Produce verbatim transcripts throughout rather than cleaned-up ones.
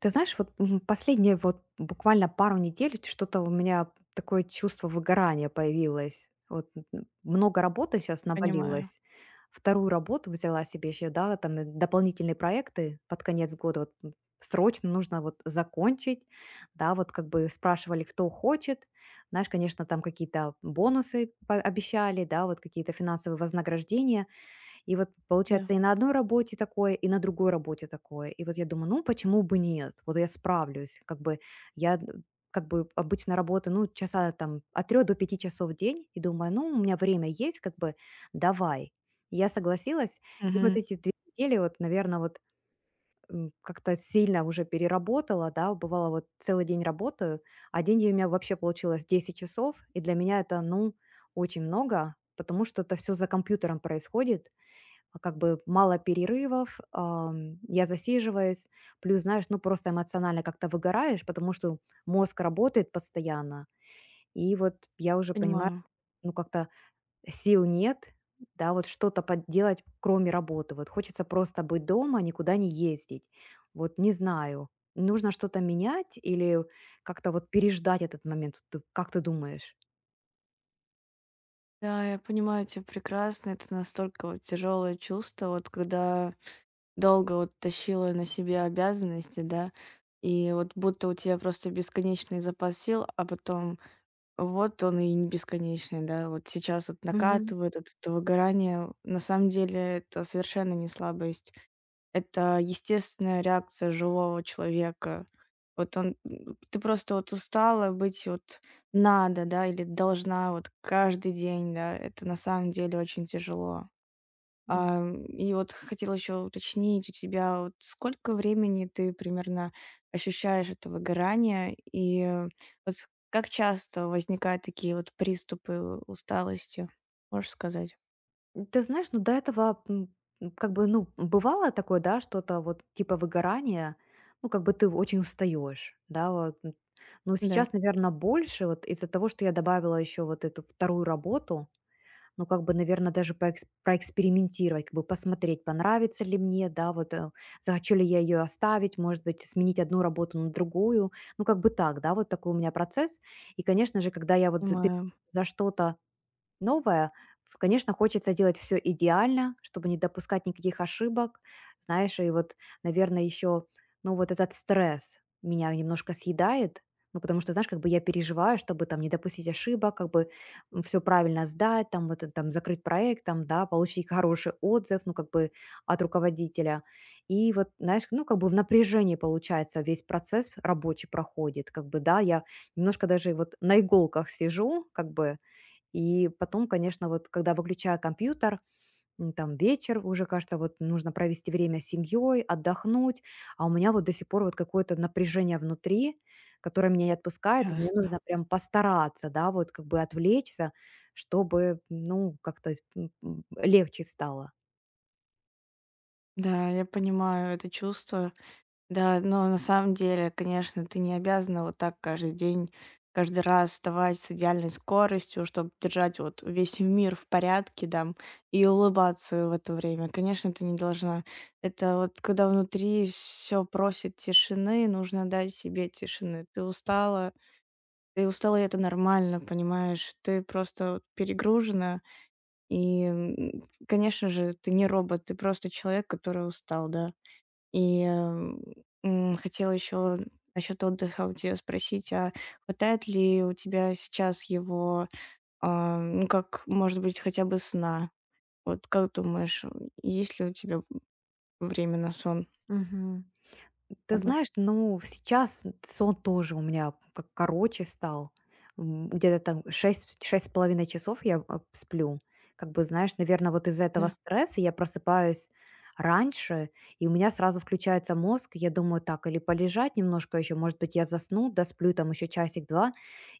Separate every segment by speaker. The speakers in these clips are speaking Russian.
Speaker 1: Ты знаешь, вот м, последние вот буквально пару недель что-то у меня такое чувство выгорания появилось. Вот м, много работы сейчас
Speaker 2: Понимаю,
Speaker 1: навалилось. Вторую работу взяла себе еще, да, там и дополнительные проекты под конец года. Вот м, срочно нужно вот закончить, да, вот как бы спрашивали, кто хочет. Знаешь, конечно, там какие-то бонусы по- обещали, да, вот какие-то финансовые вознаграждения. И вот
Speaker 2: да.
Speaker 1: получается и на одной работе такое, и на другой работе такое. И вот я думаю, ну почему бы нет? Вот я справлюсь. Как бы я д- как бы обычно работаю, ну, часа там от трёх до пяти часов в день, и думаю, ну, у меня время есть, как бы давай. Я согласилась, и вот
Speaker 2: Мгм.
Speaker 1: эти две недели, вот, наверное, вот м, как-то сильно уже переработала, да, бывало, вот целый день работаю, один день у меня вообще получилось десять часов, и для меня это, ну, очень много, потому что это все за компьютером происходит, а как бы мало перерывов, ам, я засиживаюсь. Плюс, знаешь, ну просто эмоционально как-то выгораешь, потому что мозг работает постоянно. И вот я уже понимаю,
Speaker 2: Понимаю.
Speaker 1: ну как-то сил нет, да, вот что-то подделать, кроме работы. Вот хочется просто быть дома, никуда не ездить. Вот не знаю, нужно что-то менять или как-то вот переждать этот момент. Ты- Как ты думаешь?
Speaker 2: Да, я понимаю тебя прекрасно. Это настолько вот тяжелое чувство, вот когда долго вот тащила на себе обязанности, да, и вот будто у тебя просто бесконечный запас сил, а потом вот он и не бесконечный, да, вот сейчас вот
Speaker 1: Мгм.
Speaker 2: накатывает вот это выгорание. На самом деле это совершенно не слабость. Это естественная реакция живого человека. Вот он, м, ты просто вот устала быть вот надо, да, или должна вот каждый день, да, это на самом деле очень тяжело. А, м, и вот хотела еще уточнить у тебя, вот сколько времени ты примерно ощущаешь это выгорание, и э, вот с- как часто возникают такие вот приступы усталости, можешь сказать?
Speaker 1: Ты знаешь, ну, до этого, м, м, как бы, ну, бывало такое, да, что-то вот типа выгорания, ну, как бы ты очень устаешь, да, вот. м. Но
Speaker 2: Да,
Speaker 1: сейчас, наверное, больше вот из-за того, что я добавила еще вот эту вторую работу, ну, как бы, наверное, даже поэкс- проэкспериментировать, как бы посмотреть, понравится ли мне, да, вот э, захочу ли я ее оставить, может быть, сменить одну работу на другую, ну, как бы так, да, вот такой у меня процесс. И, конечно же, когда я вот за
Speaker 2: понимаю,
Speaker 1: за что-то новое, в конечно, хочется делать все идеально, чтобы не допускать никаких ошибок. Знаешь, и вот, наверное, еще, ну, вот этот стресс меня немножко съедает. Ну, потому что, знаешь, как бы я переживаю, чтобы там не допустить ошибок, как бы все правильно сдать, там, вот, э, там, закрыть проект, там, да, получить хороший отзыв, ну, как бы от руководителя. И вот, знаешь, ну, как бы в напряжении, получается, весь процесс рабочий проходит. Как бы, да, я немножко даже вот на иголках сижу, как бы, и потом, конечно, вот когда выключаю компьютер, м, там вечер, уже кажется, вот нужно провести время с семьей, отдохнуть, а у меня вот до сих пор вот какое-то напряжение внутри, которое меня не отпускает, и мне нужно
Speaker 2: ясно.
Speaker 1: прям постараться, да, вот как бы отвлечься, чтобы, ну, как-то м, м, легче стало.
Speaker 2: Да, я понимаю это чувство. Да, но на самом деле, конечно, ты не обязана вот так каждый день, каждый раз вставать с идеальной скоростью, чтобы держать вот весь мир в порядке, да, и улыбаться в это время. Конечно, ты не должна. Это вот когда внутри все просит тишины, нужно дать себе тишины. Ты устала, ты устала, и это нормально, понимаешь? Ты просто вот перегружена, и, м, конечно же, ты не робот, ты просто человек, который устал, да. И, эм, м, Хотела еще насчет отдыха у тебя спросить, а хватает ли у тебя сейчас его, а, ну, как, может быть, хотя бы сна? Вот как думаешь, есть ли у тебя время на сон
Speaker 1: Мгм. Ты
Speaker 2: хотя бы?
Speaker 1: знаешь, ну, сейчас сон тоже у меня как короче стал. М, Где-то там шесть, шесть с половиной часов я а, сплю. Как бы, знаешь, наверное, вот из-за этого
Speaker 2: Да,
Speaker 1: стресса я просыпаюсь раньше, и у меня сразу включается мозг, я думаю, так, или полежать немножко еще, может быть, я засну, досплю там еще часик-два,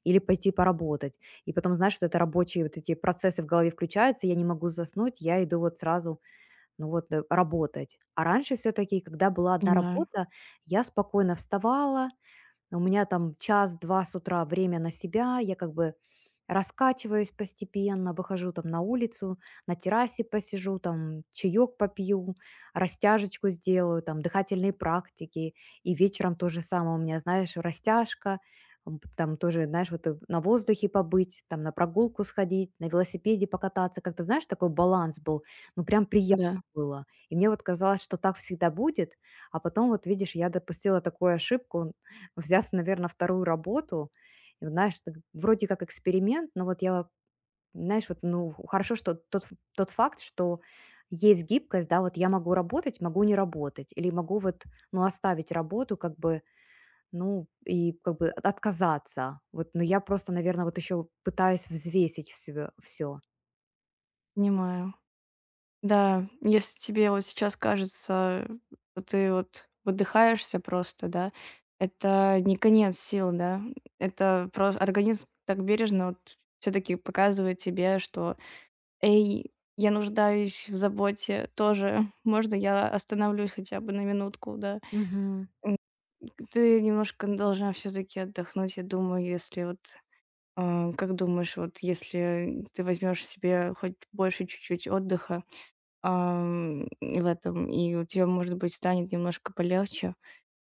Speaker 1: или пойти поработать. И потом, знаешь, вот это рабочие вот эти процессы в голове включаются, я не могу заснуть, я иду вот сразу ну вот, э, работать. А раньше все-таки, когда была одна
Speaker 2: понимаю.
Speaker 1: работа, я спокойно вставала, у меня там час-два с утра время на себя, я как бы раскачиваюсь постепенно, выхожу там на улицу, на террасе посижу, там чаек попью, растяжечку сделаю, там дыхательные практики. И вечером то же самое у меня, знаешь, растяжка, м, там тоже, знаешь, вот э, на воздухе побыть, там на прогулку сходить, на велосипеде покататься. Как-то, знаешь, такой баланс был, ну прям приятно
Speaker 2: Да,
Speaker 1: было. И мне вот казалось, что так всегда будет, а потом вот, видишь, я допустила такую ошибку, взяв, наверное, вторую работу, и вот, знаешь, так вроде как эксперимент, но вот я, знаешь, вот, ну, хорошо, что тот ф тот факт, что есть гибкость, да, вот я могу работать, могу не работать, или могу вот, ну, оставить работу, как бы, ну, и как бы от отказаться. Вот, но я просто, наверное, вот еще пытаюсь взвесить все всё.
Speaker 2: понимаю. Да, если тебе вот сейчас кажется, что ты вот выдыхаешься просто, да, это не конец сил, да. Это просто организм так бережно вот все-таки показывает тебе, что: «Эй, я нуждаюсь в заботе тоже. Можно я остановлюсь хотя бы на минутку, да?» Ты немножко должна все-таки отдохнуть, я думаю, если вот, а, как думаешь, вот если ты возьмешь себе хоть больше чуть-чуть отдыха ам, в этом, и у тебя, может быть, станет немножко полегче.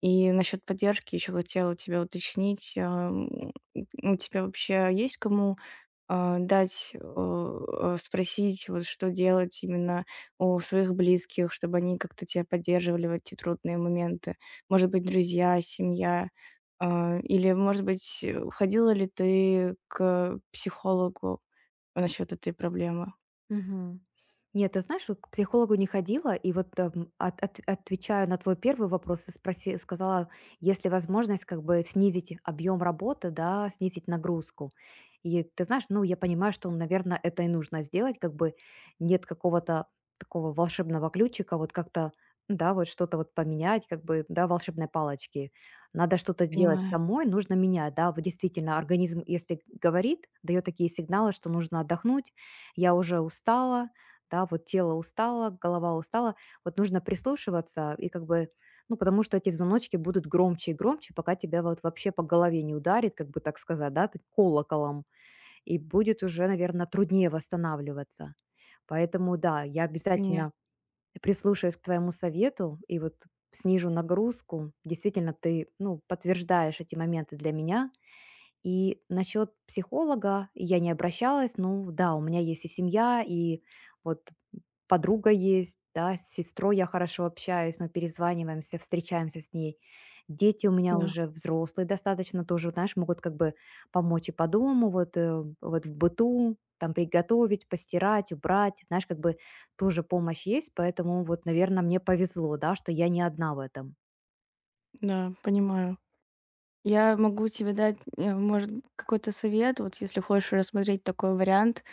Speaker 2: И насчет поддержки еще хотела у тебя уточнить. ам, У тебя вообще есть кому, а, дать, э, э, спросить, вот что делать, именно у своих близких, чтобы они как-то тебя поддерживали в эти трудные моменты? Может быть, друзья, семья? а, Или, может быть, э, ходила ли ты к психологу насчет этой проблемы?
Speaker 1: Мгм. Нет, ты знаешь, вот к психологу не ходила, и вот эм, от- от- отвечаю на твой первый вопрос, и спроси, сказала, есть ли возможность как бы снизить объем работы, да, снизить нагрузку. И ты знаешь, ну, я понимаю, что, наверное, это и нужно сделать, как бы нет какого-то такого волшебного ключика, вот как-то, да, вот что-то вот поменять, как бы, да, волшебной палочки. Надо что-то делать
Speaker 2: Понимаю.
Speaker 1: самой, нужно менять, да, вот действительно, организм, если говорит, дает такие сигналы, что нужно отдохнуть, я уже устала, да, вот тело устало, голова устала. Вот нужно прислушиваться и как бы, ну, потому что эти звоночки будут громче и громче, пока тебя вот вообще по голове не ударит, как бы так сказать, да, ты колоколом, и будет уже, наверное, труднее восстанавливаться. Поэтому, да, я
Speaker 2: Конечно.
Speaker 1: обязательно прислушаюсь к твоему совету и вот снижу нагрузку. Действительно, ты, ну, подтверждаешь эти моменты для меня, и насчет психолога я не обращалась. Ну да, у меня есть и семья, и вот подруга есть, да, с сестрой я хорошо общаюсь, мы перезваниваемся, встречаемся с ней. Дети у меня
Speaker 2: Да.
Speaker 1: уже взрослые достаточно тоже, знаешь, могут как бы помочь и по дому, вот, э, вот в быту, там приготовить, постирать, убрать, знаешь, как бы тоже помощь есть, поэтому вот, наверное, мне повезло, да, что я не одна в этом.
Speaker 2: Да, понимаю. Я могу тебе дать, э, может, какой-то совет, вот если хочешь рассмотреть такой вариант,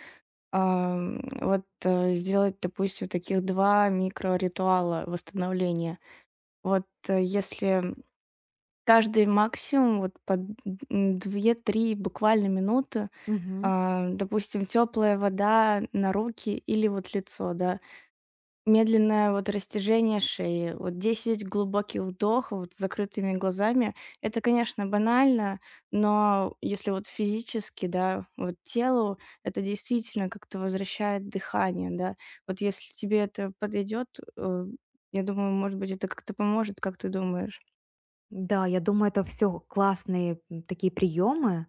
Speaker 2: ам, вот э, сделать, допустим, таких два микроритуала восстановления. Вот э, если каждый максимум вот по д- м, две-три буквально минуты,
Speaker 1: Мгм.
Speaker 2: а, допустим, теплая вода на руки или вот лицо, да, медленное вот растяжение шеи, вот десять глубоких вдохов вот с закрытыми глазами. Это, конечно, банально, но если вот физически, да, вот телу это действительно как-то возвращает дыхание, да. Вот если тебе это подойдет, э, я думаю, может быть, это как-то поможет, как ты думаешь?
Speaker 1: Да, я думаю, это все классные м, такие приемы.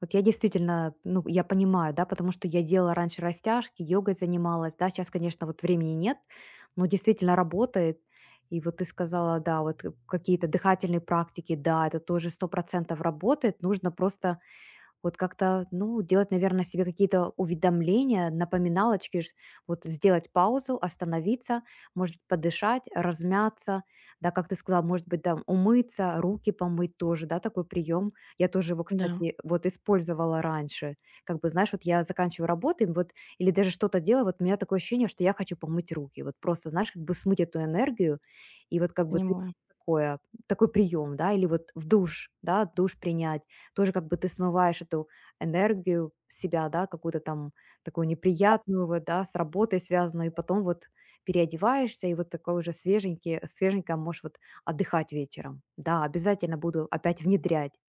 Speaker 1: Вот я действительно, ну, я понимаю, да, потому что я делала раньше растяжки, йогой занималась, да, сейчас, конечно, вот времени нет, но действительно работает. И вот ты сказала, да, вот э, какие-то дыхательные практики, да, это тоже сто процентов работает. Нужно просто вот как-то, ну, делать, наверное, себе какие-то уведомления, напоминалочки, ш- вот сделать паузу, остановиться, может быть, подышать, размяться, да, как ты сказала, может быть, там умыться, руки помыть тоже, да, такой прием. Я тоже его,
Speaker 2: Да.
Speaker 1: кстати, вот использовала раньше. Как бы, знаешь, вот я заканчиваю работу, и вот, или даже что-то делаю, вот у меня такое ощущение, что я хочу помыть руки, вот просто, знаешь, как бы смыть эту энергию, и вот как бы ты
Speaker 2: Понимаю.
Speaker 1: такое, такой прием, да, или вот в душ, да, душ принять, тоже как бы ты смываешь эту энергию с себя, да, какую-то там такую неприятную, вот, да, с работой связанную, и потом вот переодеваешься, и вот такой уже свеженький, свеженько можешь вот отдыхать вечером. Да, обязательно буду опять внедрять.